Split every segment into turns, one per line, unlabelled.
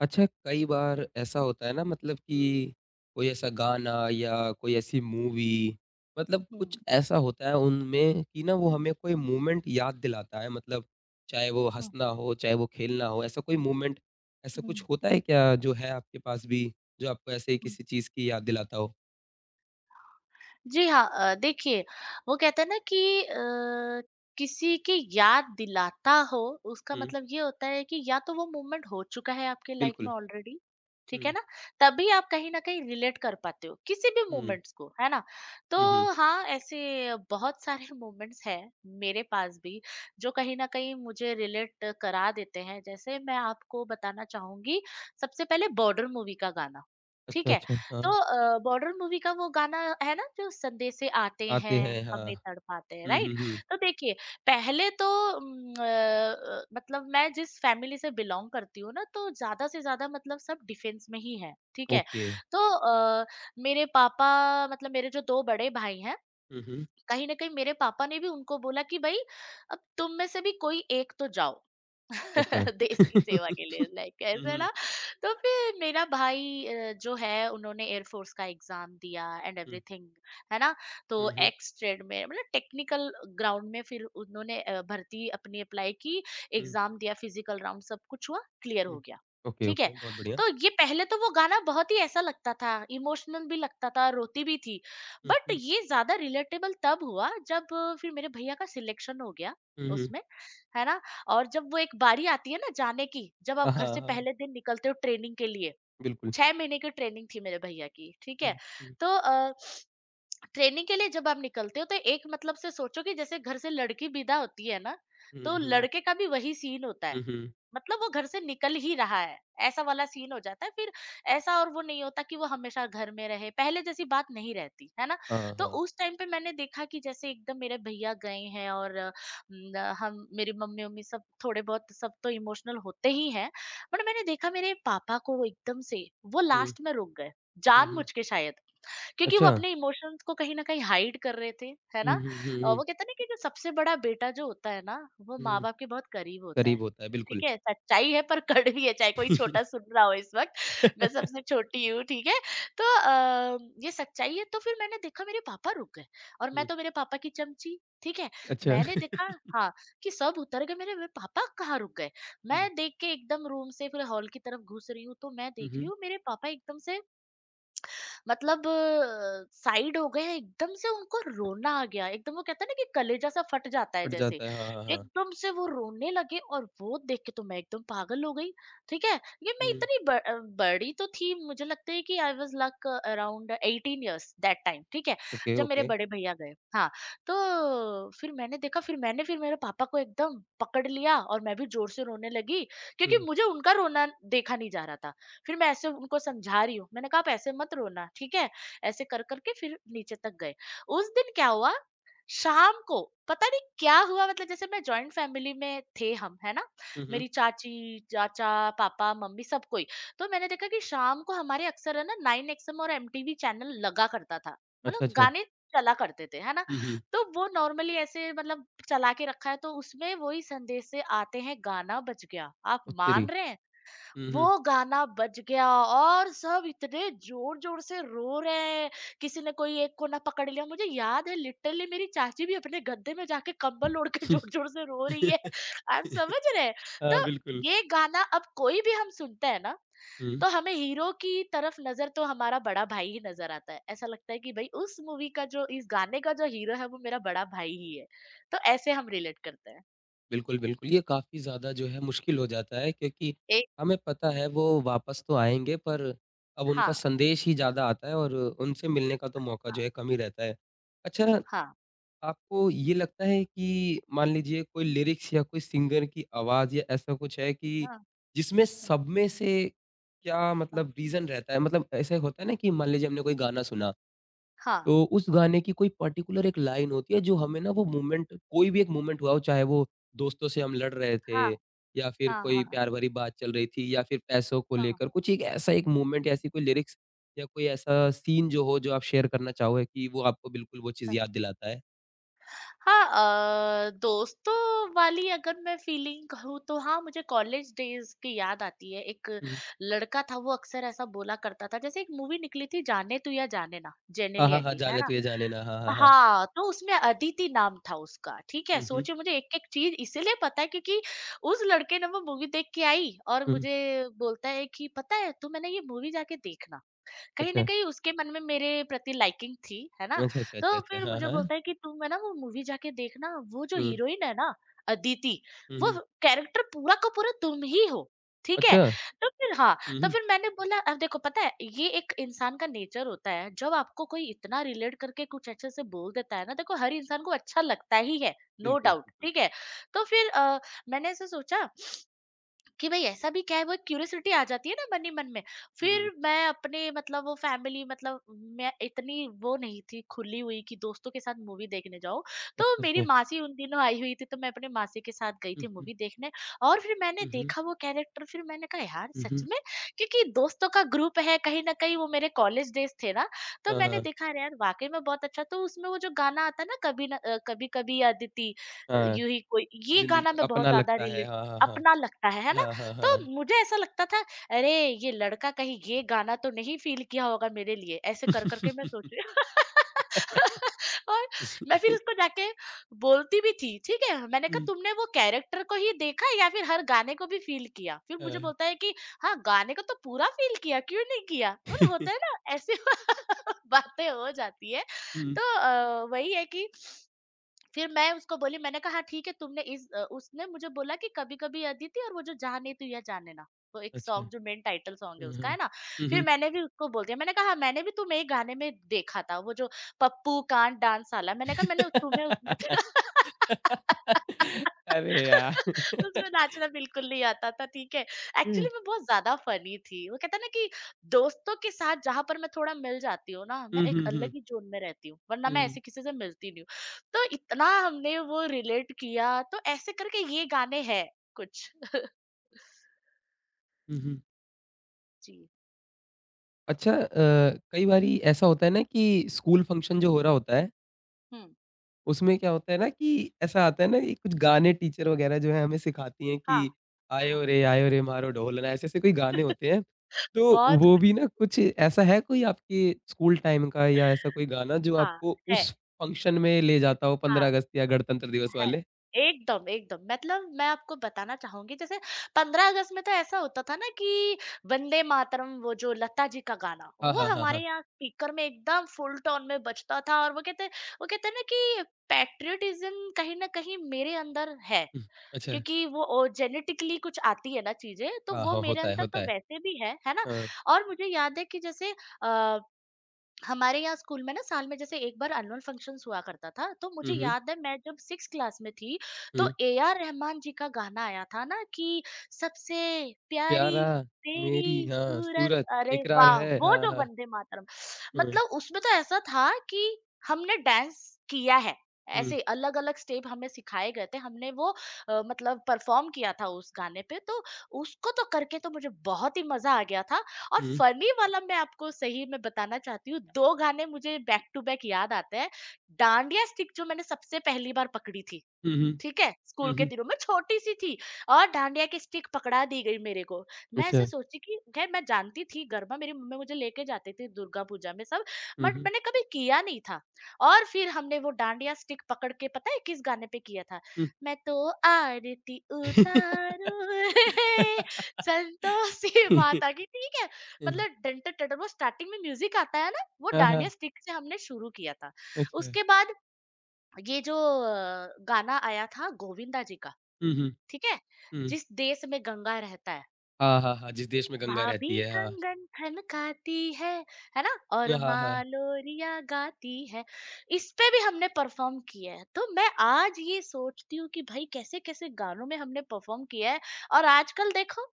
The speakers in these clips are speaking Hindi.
अच्छा, कई बार ऐसा होता है ना मतलब कि कोई ऐसा गाना या कोई ऐसी मूवी मतलब
हुँ,
कुछ ऐसा होता है उनमें कि ना वो हमें कोई मोमेंट याद दिलाता है मतलब चाहे वो
हुँ,
हँसना हो, चाहे वो खेलना हो, ऐसा कोई मोमेंट ऐसा
हुँ,
कुछ होता है क्या जो है आपके पास भी, जो आपको ऐसे ही
हुँ।
किसी चीज़ की याद दिलाता हो?
जी हाँ, देखिए वो कहते हैं ना कि किसी की याद दिलाता हो उसका
हुँ,
मतलब ये होता है कि या तो वो मूवमेंट हो चुका है आपके लाइफ में
बिल्कुल।
ऑलरेडी, ठीक है
हुँ,
ना? तभी आप कहीं न कहीं रिलेट कर पाते हो किसी भी
हुँ,
मूवमेंट्स को, है ना?
हुँ, हुँ।
तो हाँ, ऐसे बहुत सारे मूवमेंट्स हैं मेरे पास भी जो कहीं न कहीं मुझे रिलेट करा देते हैं। जैसे मैं आपको बताना चाहूँगी सबसे पहले बॉर्डर मूवी का गाना,
अच्छा,
ठीक है?
अच्छा।
तो
हाँ,
बॉर्डर मूवी का वो गाना है ना, जो संदेशे आते
आते
हैं
हैं, हाँ।
हमें तड़पाते हैं,
हुँ,
राइट।
हुँ, हुँ।
तो देखिए, पहले तो मतलब मैं जिस फैमिली से बिलोंग करती हूँ ना, तो ज्यादा से ज्यादा मतलब सब डिफेंस में ही है, ठीक है।
ओके।
तो मेरे पापा, मतलब मेरे जो दो बड़े भाई हैं,
हुँ, हुँ।
कहीं ना कहीं मेरे पापा ने भी उनको बोला कि भाई अब तुम में से भी कोई एक तो जाओ
अच्छा।
देश की सेवा के लिए, लाइक
हुँ,
ऐसा
हुँ,
ना। तो फिर मेरा भाई, जो है, उन्होंने एयरफोर्स का एग्जाम दिया एंड
हुँ,
एवरीथिंग, है ना। तो
हुँ, हुँ, हुँ।
एक्स ट्रेड में, मतलब टेक्निकल ग्राउंड में, फिर उन्होंने भर्ती अपनी अप्लाई की,
हुँ,
एग्जाम दिया, फिजिकल राउंड सब कुछ हुआ, क्लियर हो
हुँ।
गया,
ओके,
ठीक है।
ओके, बहुत बढ़िया।
तो ये पहले तो वो गाना बहुत ही ऐसा लगता था, इमोशनल भी लगता था, रोती भी थी।
हुँ,
बट
हुँ,
ये ज्यादा रिलेटेबल तब हुआ जब फिर मेरे भैया का सिलेक्शन हो गया
हुँ, हुँ।
उसमें, है ना। और जब वो एक बारी आती है ना जाने की, जब
हाँ,
आप घर
हाँ,
से
हाँ,
पहले दिन निकलते हो ट्रेनिंग के लिए।
बिल्कुल।
छह महीने की ट्रेनिंग थी मेरे भैया की, ठीक है।
हुँ, हुँ,
तो ट्रेनिंग के लिए जब आप निकलते हो तो एक मतलब से सोचो कि जैसे घर से लड़की विदा होती है ना,
हुँ,
तो
हुँ,
लड़के का भी वही सीन होता है।
हुँ, हुँ।
मतलब वो घर से निकल ही रहा है, ऐसा वाला सीन हो जाता है फिर। ऐसा, और वो नहीं होता कि वो हमेशा घर में रहे, पहले जैसी बात नहीं रहती है ना।
हाँ,
तो
हाँ।
उस टाइम पे मैंने देखा कि जैसे एकदम मेरे भैया गए हैं और अ, न, अ, हम, मेरी मम्मी उम्मी सब, थोड़े बहुत सब तो इमोशनल होते ही हैं। बट मैंने देखा मेरे पापा को, वो एकदम से, वो
हुँ,
लास्ट में रुक गए,
हुँ, हुँ।
जानबूझ के शायद, क्योंकि वो
अच्छा।
अपने इमोशंस को कहीं न कहीं हाइड कर रहे थे, है
हुँ,
ना?
हुँ, हुँ, हुँ,
वो कहते हैं ना कि जो सबसे बड़ा बेटा जो होता है ना, वो
हुँ।
माँ-बाप के बहुत करीब होता है।
करीब होता है,
ठीक
बिल्कुल।
है? सच्चाई है पर कड़वी है, चाहे कोई छोटा सुन रहा हो इस वक़्त, मैं सबसे छोटी हूँ, ठीक है? तो ये सच्चाई है। तो फिर मैंने देखा मेरे पापा रुक गए, और मैं
हुँ,
तो मेरे पापा की चमची, ठीक है?
अच्छा।
मैंने देखा, हाँ, कि सब उतर गए, मेरे पापा कहाँ रुक गए?
हुँ,
मैं देख के एकदम रूम से फिर हॉल की तरफ घुस रही हूँ, तो मैं
हुँ,
देख रही
हुँ।
हूँ मेरे पापा एकदम से, मतलब साइड हो गए हैं, एकदम से उनको रोना आ गया। एकदम वो कहते हैं ना कि कलेजा सा फट जाता है
फट
जैसे,
जाता है, हाँ, हाँ, हाँ।
एकदम से वो रोने लगे। और वो देख के तो मैं एकदम पागल हो गई, ठीक है। ये मैं
हुँ।
इतनी बड़ी तो थी, मुझे लगता है कि I was like around eighteen years that time, ठीक है,
ओके,
जब मेरे
ओके।
बड़े भैया गए, हाँ। तो फिर मैंने देखा, फिर मेरे पापा को एकदम पकड़ लिया और मैं भी जोर से रोने लगी, क्योंकि
हुँ,
मुझे उनका रोना देखा नहीं जा रहा था। फिर मैं ऐसे उनको समझा रही हूँ, मैंने कहा आप ऐसे मत रोना, ठीक है। ऐसे कर करके फिर नीचे तक गए। उस दिन क्या हुआ, शाम को, पता नहीं क्या हुआ। मतलब जैसे मैं जॉइंट फैमिली में थे हम, है ना,
हुँ, हुँ।
मेरी चाची, चाचा, पापा, मम्मी, सब कोई। तो मैंने देखा कि शाम को हमारे अक्सर है ना, नाइन एक्सएम और एमटीवी चैनल लगा करता था,
अच्छा,
मतलब
अच्छा।
गाने चला करते थे, है ना।
हुँ, हुँ।
तो वो नॉर्मली ऐसे मतलब चला के रखा है, तो उसमें वही संदेश से आते हैं गाना बज गया, आप
ओ तेरी!
मान रहे हैं?
हुँ, हुँ।
वो गाना बज गया और सब इतने जोर-जोर से रो रहे हैं, किसी ने कोई एक कोना पकड़ लिया। मुझे याद है, लिटरली मेरी चाची भी अपने गद्दे में जाके कंबल ओढ़ के जोर-जोर से रो रही है। आप समझ रहे हैं?
हाँ,
तो
बिल्कुल।
ये गाना अब कोई भी हम सुनते हैं ना,
हुँ।
तो हमें हीरो की तरफ नज़र, तो हमारा बड़ा भाई ही नज़र आता है। ऐसा लगता है कि भई उस मूवी का जो, इस गाने का जो हीरो है, वो मेरा बड़ा भाई ही है। तो ऐसे हम रिलेट करते हैं।
बिल्कुल, बिल्कुल। ये काफ़ी ज़्यादा जो है मुश्किल हो जाता है क्योंकि
एक
हमें पता है वो वापस तो आएँगे पर अब उनका
हाँ,
संदेश ही ज़्यादा आता है और उनसे मिलने का तो मौका जो
हाँ,
है कम ही रहता है। अच्छा,
हाँ,
आपको ये लगता है कि मान लीजिए कोई लिरिक्स या कोई सिंगर की आवाज़ या ऐसा कुछ है कि
हाँ,
जिसमें
हाँ,
सब में से क्या
हाँ,
मतलब रीज़न रहता है? मतलब ऐसे होता है ना कि मान लीजिए हमने कोई गाना सुना
हाँ,
तो उस गाने की कोई पर्टिकुलर एक लाइन होती है जो हमें ना वो मोमेंट कोई भी एक मोमेंट हुआ हो चाहे वो दोस्तों से हम लड़ रहे थे
हाँ।
या फिर
हाँ,
कोई
हाँ, हाँ,
प्यार भरी बात चल रही थी या फिर पैसों को
हाँ,
लेकर
हाँ।
कुछ एक ऐसा एक मोमेंट ऐसी कोई लिरिक्स या कोई ऐसा सीन जो हो जो आप शेयर करना चाहो कि वो आपको बिल्कुल वो चीज़ याद दिलाता है?
हाँ, दोस्तों वाली अगर मैं फीलिंग कहूँ तो हाँ, मुझे कॉलेज डेज की याद आती है। एक
हुँ।
लड़का था, वो अक्सर ऐसा बोला करता था, जैसे एक मूवी निकली थी जाने तू या जाने ना,
हाँ, हाँ,
जेनेलिया
हाँ,
की, है
जाने
ना?
तू ये जाने ना हाँ, हाँ, हाँ।
हाँ, तो उसमें अदिति नाम था उसका, ठीक है?
हुँ, हुँ,
सोचिए, मुझे एक-एक चीज़ इसीलिए पता है क्योंकि उस लड़के ने वो मूवी देख के आई और
हुँ।
मुझे बोलता है कि पता है तू, है ना, ये मूवी जाके देखना। कहीं न
अच्छा।
कहीं उसके मन में मेरे प्रति लाइकिंग थी, है ना?
अच्छा, अच्छा, अच्छा,
तो
अच्छा।
फिर
हाँ,
मुझे
हाँ।
बोलता है कि तुम है ना वो मूवी जाके देखना, वो जो
हुँ,
हीरोइन है ना अदिति,
हुँ,
वो
हुँ।
कैरेक्टर पूरा का पूरा तुम ही हो। ठीक है?
अच्छा।
तो फिर हाँ,
हुँ,
तो
हुँ।
फिर मैंने बोला, अब देखो पता है ये एक इंसान का नेचर होता है, जब आपको कोई इतना रिलेट करके कुछ अच्छे से बोल देता है ना, देखो हर इंसान को अच्छा लगता ही है, नो
बिल्कुल,
डाउट,
बिल्कुल।
ठीक है? तो फिर मैंने ऐसे सोचा कि भाई ऐसा भी क्या है, वो क्यूरियोसिटी आ जाती है ना मन ही मन में।
हुँ।
फिर मैं अपने मतलब वो फैमिली मतलब, मैं इतनी वो नहीं थी खुली हुई कि दोस्तों के साथ मूवी देखने जाओ। तो
अच्छा,
मेरी
अच्छा।
मासी उन दिनों आई हुई थी, तो मैं अपने मासी के साथ गई
हुँ,
थी
हुँ।
मूवी देखने। और फिर मैंने
हुँ, हुँ।
देखा वो कैरेक्टर, फिर मैंने कहा यार
हुँ,
सच
हुँ।
में, क्योंकि दोस्तों का ग्रुप है, कहीं ना कहीं वो मेरे कॉलेज डेज थे ना। तो
हाँ,
मैंने
हाँ।
देखा अरे यार वाकई में बहुत अच्छा। तो उसमें वो जो गाना आता है ना, कभी ना कभी कभी अदिति
हाँ,
यूं ही कोई, ये
ज़िंदगी
गाना मैं बहुत
अपना
ज्यादा
लगता है।
रिलेट,
हाँ, हाँ, हाँ।
अपना लगता है ना।
हाँ, हाँ,
तो
हाँ।
मुझे ऐसा लगता था, अरे, ये लड़का कहीं ये गाना तो नहीं फील किया होगा मेरे लिए, ऐसे कर करके मैं सोच रही और मैं फिर उसको जाके बोलती भी थी, ठीक है। मैंने कहा
हुँ,
तुमने वो कैरेक्टर को ही देखा या फिर हर गाने को भी फील किया? फिर मुझे
हाँ।
बोलता है कि हाँ, गाने को तो पूरा फील किया, क्यों नहीं किया। मतलब होता है ना ऐसी बातें हो जाती है।
हुँ,
तो वही है कि फिर मैं उसको बोली, मैंने कहा ठीक है, तुमने इस उसने मुझे बोला कि कभी-कभी अदिति, और वो जो जाने तू या जाने ना, वो एक
अच्छा।
सॉन्ग जो मेन टाइटल सॉन्ग है
हुँ,
उसका, है
हुँ।
ना।
हुँ,
फिर
हुँ।
मैंने भी उसको बोल दिया, मैंने कहा मैंने भी तुम्हें एक गाने में देखा था, वो जो पप्पू कांड डांस वाला, मैंने कहा मैंने तुम्हें उसमें
अरे यार!
उसको नाचना बिल्कुल नहीं आता था, ठीक है।
हुँ,
एक्चुअली मैं बहुत ज्यादा फनी थी, वो कहता ना कि दोस्तों के साथ जहां पर मैं थोड़ा मिल जाती हूँ ना, मैं
हुँ,
एक
हुँ, हुँ।
अलग ही जोन में रहती हूँ, वरना मैं
हुँ,
ऐसे किसी से मिलती नहीं हूँ। तो इतना हमने वो रिलेट किया, तो ऐसे करके ये गाने हैं कुछ।
हुँ, हुँ।
जी,
अच्छा कई बारी ऐसा होता है ना कि स्कूल फंक्शन जो हो रहा होता है
हम्म।
उसमें क्या होता है ना कि ऐसा आता है ना कि कुछ गाने टीचर वगैरह जो है हमें सिखाती हैं कि
हाँ, हाँ।
आयो रे मारो ढोलना ऐसे-ऐसे कोई गाने होते हैं। तो
बहुत
वो
कुछ।
भी ना कुछ ऐसा है कोई आपके स्कूल टाइम का या ऐसा कोई गाना जो
हाँ,
आपको
है।
उस फंक्शन में ले जाता हो 15
हाँ,
अगस्त या गणतंत्र दिवस
है।
वाले?
एकदम, एकदम, मतलब मैं आपको बताना चाहूंगी जैसे पंद्रह अगस्त में तो ऐसा होता था ना कि वंदे मातरम, वो जो लता जी का गाना,
हाँ,
वो
हाँ, हाँ,
हमारे
हाँ।
यहाँ स्पीकर में एकदम फुल टोन में बजता था। और वो कहते, वो कहते ना कि पैट्रियटिज्म कहीं ना कहीं मेरे अंदर है,
हुँ, अच्छा।
क्योंकि वो जेनेटिकली कुछ आती है ना चीजें, तो
हाँ,
वो
हाँ,
मेरे
होता है,
अंदर
होता
तो
है।
वैसे भी है ना।
हाँ।
और मुझे याद है कि जैसे हमारे यहाँ स्कूल में ना, साल में जैसे एक बार एनुअल फंक्शंस हुआ करता था। तो
हुँ,
मुझे
हुँ,
याद है मैं जब सिक्स क्लास में थी, तो
हुँ।
ए आर रहमान जी का गाना आया था ना कि सबसे प्यारी
प्यारा मेरी
तेरी
हाँ,
सूरत,
सूरत
अरे
इकरार
वाह!
है।
वो
हाँ,
जो
हाँ।
वंदे मातरम,
हुँ,
मतलब उसमें तो ऐसा था कि हमने डांस किया है,
हुँ,
ऐसे अलग अलग स्टेप हमें सिखाए गए थे, हमने वो मतलब परफॉर्म किया था उस गाने पे। तो उसको तो करके तो मुझे बहुत ही मजा आ गया था। और
हुँ,
फनी वाला मैं आपको सही में बताना चाहती हूँ, दो गाने मुझे बैक टू बैक याद आते हैं। डांडिया स्टिक जो मैंने सबसे पहली बार पकड़ी थी,
हुँ, हुँ,
ठीक है? स्कूल
हुँ,
के
हुँ।
दिनों में छोटी-सी थी और डांडिया की स्टिक पकड़ा दी गई मेरे को। मैं
अच्छा।
ऐसे सोची कि ख़ैर, मैं जानती थी गरबा, मेरी मम्मी मुझे लेके जाती थी दुर्गा पूजा में सब,
हुँ,
बट
हुँ,
मैंने कभी किया नहीं था। और फिर हमने वो डांडिया स्टिक पकड़ के पता है किस गाने पे किया था?
हुँ।
मैं तो आरती उतारूँ संतोषी माता की, ठीक है?
हम्म,
मतलब डंटर-डंटर वो स्टार्टिंग में म्यूज़िक आता है ना, वो
हाँ,
डांडिया
हाँ,
स्टिक से हमने शुरू किया था।
अच्छा।
उसके बाद ये जो गाना आया था गोविंदा जी का,
हुँ, हुँ,
ठीक है।
हुँ।
जिस देश में गंगा रहता है,
हाँ, हाँ, हाँ, जिस देश में गंगा रहती
भाभी
है, हाँ।
कंगन थनकाती है ना, और
हाँ, हाँ।
माँ लोरिया गाती है। इस पे भी हमने परफॉर्म किया है, तो मैं आज ये सोचती हूँ कि भाई कैसे कैसे गानों में हमने परफॉर्म किया है। और आजकल देखो,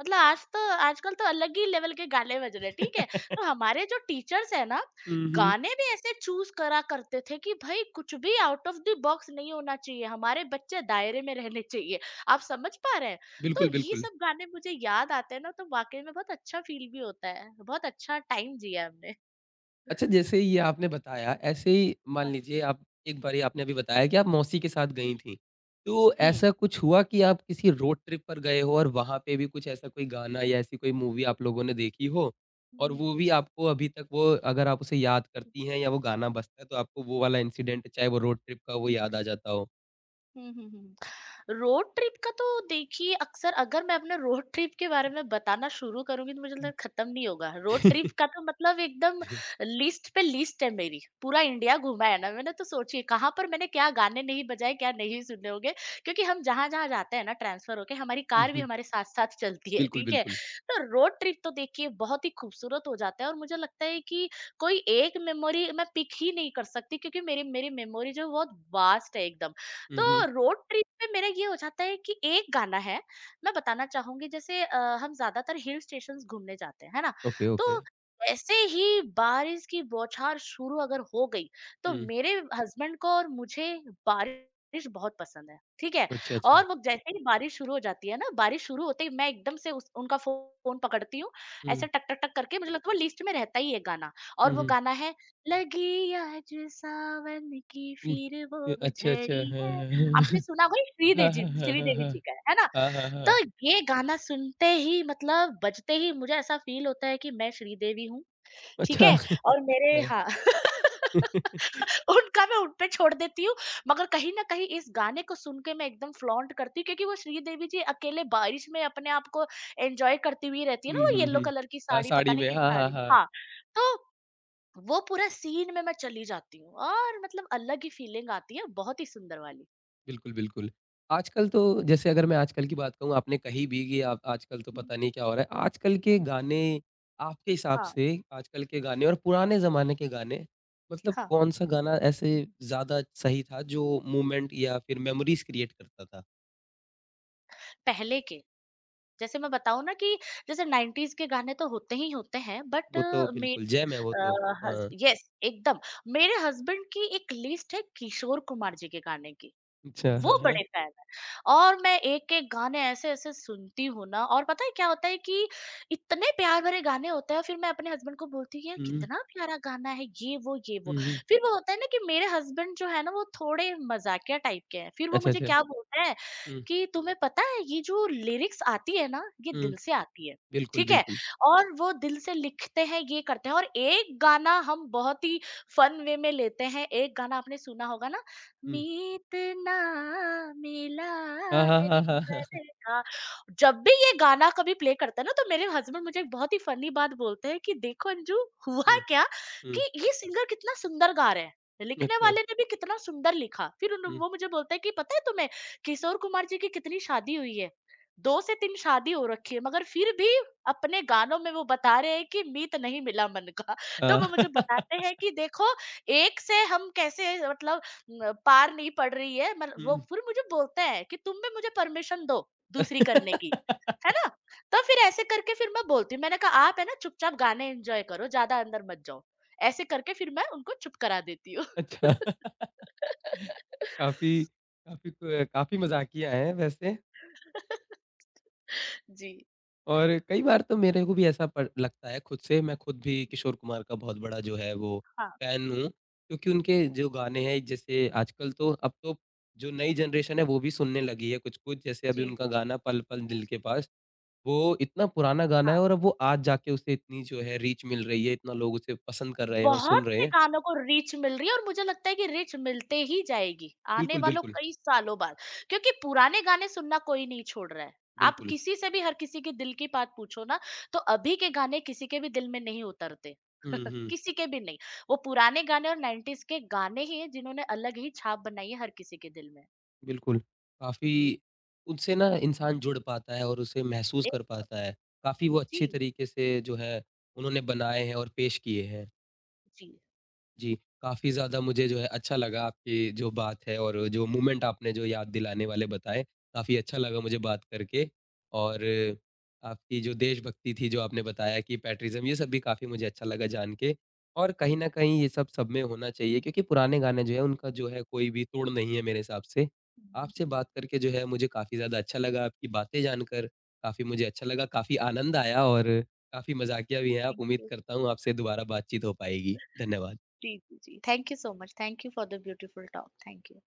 मतलब आज तो, आजकल तो अलग ही लेवल के गाने बज रहे हैं, ठीक है। तो हमारे जो टीचर्स है ना,
हुँ, हुँ।
गाने भी ऐसे चूज करा करते थे कि भाई कुछ भी आउट ऑफ द बॉक्स नहीं होना चाहिए, हमारे बच्चे दायरे में रहने चाहिए। आप समझ पा रहे हैं।
बिल्कुल,
तो ये
बिल्कुल।
सब गाने मुझे याद आते हैं ना, तो वाकई में बहुत अच्छा फील भी होता है, बहुत अच्छा टाइम जिया हमने।
अच्छा जैसे ये आपने बताया, ऐसे ही मान लीजिए आप एक बारी आपने अभी बताया कि आप मौसी के साथ गई थीं। तो
हम्म,
ऐसा कुछ हुआ कि आप किसी रोड ट्रिप पर गए हो और वहाँ पे भी कुछ ऐसा कोई गाना या ऐसी कोई मूवी आप लोगों ने देखी हो और
हम्म,
वो भी आपको अभी तक वो अगर आप उसे याद करती हैं या वो गाना बजता है तो आपको वो वाला इंसिडेंट चाहे वो रोड ट्रिप का वो याद आ जाता
हम्म, हम्म, रोड ट्रिप का तो देखिए, अक्सर अगर मैं अपने रोड ट्रिप के बारे
हो?
में बताना शुरू करूंगी तो मुझे लगता है खत्म नहीं होगा। रोड ट्रिप का तो मतलब एकदम लिस्ट पे लिस्ट है मेरी, पूरा इंडिया घूमा है ना मैंने, तो सोचिए कहाँ पर मैंने क्या गाने नहीं बजाए, क्या नहीं सुने होंगे। क्योंकि हम जहाँ जहाँ जाते हैं ना ट्रांसफर होके, हमारी
हुँ,
कार भी
हुँ।
हमारे साथ साथ चलती है,
बिल्कुल,
ठीक है।
बिल्कुल।
तो रोड ट्रिप तो देखिए बहुत ही खूबसूरत हो जाता है, और मुझे लगता है कि कोई एक मेमोरी मैं पिक ही नहीं कर सकती, क्योंकि मेरी मेरी मेमोरी जो है बहुत वास्ट है एकदम।
हुँ,
तो
हुँ।
रोड ट्रिप में मेरा ये हो जाता है कि एक गाना है, मैं बताना चाहूंगी, जैसे हम ज्यादातर हिल स्टेशंस घूमने जाते हैं, है ना।
ओके,
तो
ओके।
ऐसे ही बारिश की बौछार शुरू अगर हो गई, तो
हुँ।
मेरे हस्बैंड को और मुझे बारिश बहुत पसंद है, ठीक है।
अच्छा, अच्छा।
और वो जैसे ही बारिश शुरू हो जाती है ना, बारिश शुरू होते ही मैं एकदम से उनका फोन पकड़ती हूँ।
हुँ,
ऐसे टक टक टक करके, मुझे लगता है वो लिस्ट में रहता ही है गाना। और
हुँ,
वो
हुँ,
गाना है, लगी आज सावन की
हुँ।
फिर
ए
वो
अच्छा, अच्छा।
झड़ी है। आपने सुना होगा, ये श्रीदेव
हाँ,
जी,
हाँ, हाँ।
श्रीदेवी
हाँ,
जी का है ना?
हाँ, हाँ, हाँ, हाँ। हाँ, हाँ, हाँ।
तो ये गाना सुनते ही, मतलब बजते ही, मुझे ऐसा फील होता है कि मैं श्रीदेवी हूँ, ठीक
अच्छा।
है? और मेरे,
हाँ।
हाँ, उनका मैं उन पे छोड़ देती हूँ, मगर कहीं न कहीं इस गाने को सुन के मैं एकदम फ्लॉन्ट करती हूँ, क्योंकि वो श्रीदेवी जी अकेले बारिश में अपने आप को एन्जॉय करती हुई रहती है ना,
हुँ,
वो
हुँ,
येलो
हुँ।
कलर की
हाँ,
साड़ी, पता
साड़ी
नहीं
में।
किस
हाँ, हाँ,
साड़ी,
हाँ।
हाँ। तो वो पूरा सीन में मैं चली जाती हूँ, और मतलब अलग ही फीलिंग आती है, बहुत ही सुंदर वाली।
बिल्कुल, बिल्कुल। आजकल तो जैसे अगर मैं आजकल की बात कहूँ, आपने कही भी कि आप आजकल तो
हुँ,
पता नहीं क्या हो रहा है। आजकल के
हुँ,
गाने आपके हिसाब
हाँ।
से आजकल के गाने और पुराने ज़माने के गाने, मतलब
हाँ,
कौन-सा गाना ऐसे ज़्यादा सही था जो मूवमेंट या फिर मेमोरीज़ क्रिएट करता था?
पहले के, जैसे मैं बताऊँ ना कि जैसे 90s के गाने तो होते ही होते हैं, बट
वो तो
मे
बिल्कुल जैम है वो तो।
हस
हाँ।
यस, एकदम। मेरे हस्बैंड की एक लिस्ट है किशोर कुमार जी के गाने की।
अच्छा, हाँ,
वो
हाँ।
बड़े फैन हैं, और मैं एक-एक गाने ऐसे-ऐसे सुनती हूँ ना, और पता है क्या होता है कि इतने प्यार भरे गाने होते हैं, फिर मैं अपने हस्बैंड को बोलती हूँ, "यार,
हुँ,
कितना प्यारा गाना है, ये वो, ये वो।"
हुँ, हुँ।
फिर वो होता है ना कि मेरे हस्बैंड जो है ना, वो थोड़े मज़ाकिया टाइप के हैं। फिर वो
अच्छा,
मुझे
अच्छा।
क्या बोलते हैं
हुँ,
कि तुम्हें पता है ये जो लिरिक्स आती है ना, ये
हुँ।
दिल से आती है।
बिल्कुल,
ठीक है?
बिल्कुल।
और वो दिल से लिखते हैं, ये करते हैं, और एक गाना हम बहुत ही फन वे में लेते हैं, एक गाना आपने सुना होगा ना,
हुँ।
मीत ना मिला
हाँ, हाँ,
रे
हाँ, हाँ, हाँ।
बदन का। जब भी ये गाना कभी प्ले करता है ना, तो मेरे हस्बैंड मुझे एक बहुत ही फनी बात बोलते हैं कि देखो अंजू, हुआ
हुँ,
क्या
हुँ।
कि ये सिंगर कितना सुंदर गा रहे हैं, लिखने
अच्छा।
वाले ने भी कितना सुंदर लिखा। फिर उन
हुँ।
वो मुझे बोलते हैं कि पता है तुम्हें किशोर कुमार जी की कितनी शादी हुई है? 2 से 3 शादी हो रखी है, मगर फिर भी अपने गानों में वो बता रहे हैं कि मीत नहीं मिला मन का तो
हाँ।
वो मुझे बताते हैं कि देखो एक से हम कैसे, मतलब न, पार नहीं पड़ रही है, मतलब वो
हुँ।
फिर मुझे बोलते हैं कि तुम भी मुझे परमिशन दो दूसरी करने की, है ना। तो फिर ऐसे करके फिर मैं बोलती हूँ, मैंने कहा आप है ना, चुपचाप गाने एंजॉय करो, ज्यादा अंदर मत जाओ। ऐसे करके फिर मैं उनको चुप करा देती हूँ।
अच्छा। काफ़ी काफ़ी क काफ़ी मज़ाकिया है वैसे
जी,
और कई बार तो मेरे को भी ऐसा पड़ लगता है खुद से, मैं खुद भी किशोर कुमार का बहुत बड़ा जो है वो
हाँ,
फ़ैन हूँ, क्योंकि उनके जो गाने हैं जैसे आजकल तो अब तो जो नई जनरेशन है वो भी सुनने लगी है कुछ-कुछ, जैसे अभी
जी,
उनका गाना पल पल दिल के पास, वो इतना पुराना गाना है
हाँ।
और अब वो आज जाके उसे इतनी जो है रीच मिल रही है, इतना लोग उसे पसंद कर रहे हैं और
बहुत
सुन रहे
से
हैं।
गानों को रीच मिल रही है, और मुझे लगता है कि रीच मिलते ही जाएगी आने
बिल्कुल,
वालों
बिल्कुल,
कई सालों बाद, क्योंकि पुराने गाने सुनना कोई नहीं छोड़ रहा है। आप
बिल्कुल।
किसी से भी, हर किसी के दिल की बात पूछो ना, तो अभी के गाने किसी के भी दिल में नहीं उतरते।
हुँ, हुँ।
किसी के भी नहीं। वो पुराने गाने और 90s के गाने ही हैं जिन्होंने अलग ही छाप बनाई है हर किसी के दिल में।
बिल्कुल, काफ़ी उनसे ना इंसान जुड़ पाता है और उसे महसूस
एक,
कर पाता है। काफ़ी वो अच्छे
जी,
तरीके से जो है उन्होंने बनाए हैं और पेश किए हैं।
जी,
जी, काफ़ी ज़्यादा मुझे जो है अच्छा लगा आपकी जो बात है और जो मोमेंट आपने जो याद दिलाने वाले बताएँ, काफ़ी अच्छा लगा मुझे बात करके और आपकी जो देशभक्ति थी, जो आपने बताया कि पैट्रियटिज़्म ये सब भी काफ़ी मुझे अच्छा लगा जान के और कहीं न कहीं ये सब सब में होना चाहिए क्योंकि पुराने गाने जो है उनका जो है कोई भी तोड़ नहीं है मेरे हिसाब से।
हम्म,
आपसे
हम्म, हम्म।
बात करके जो है मुझे काफ़ी ज़्यादा अच्छा लगा, आपकी बातें जानकर काफ़ी मुझे अच्छा लगा, काफ़ी आनंद आया और काफ़ी मज़ाकिया भी हैं आप।
थैंक
उम्मीद
यू,
करता हूँ आपसे दोबारा बातचीत हो पाएगी। धन्यवाद।
जी जी जी, thank you so much, thank you for the beautiful talk, thank you.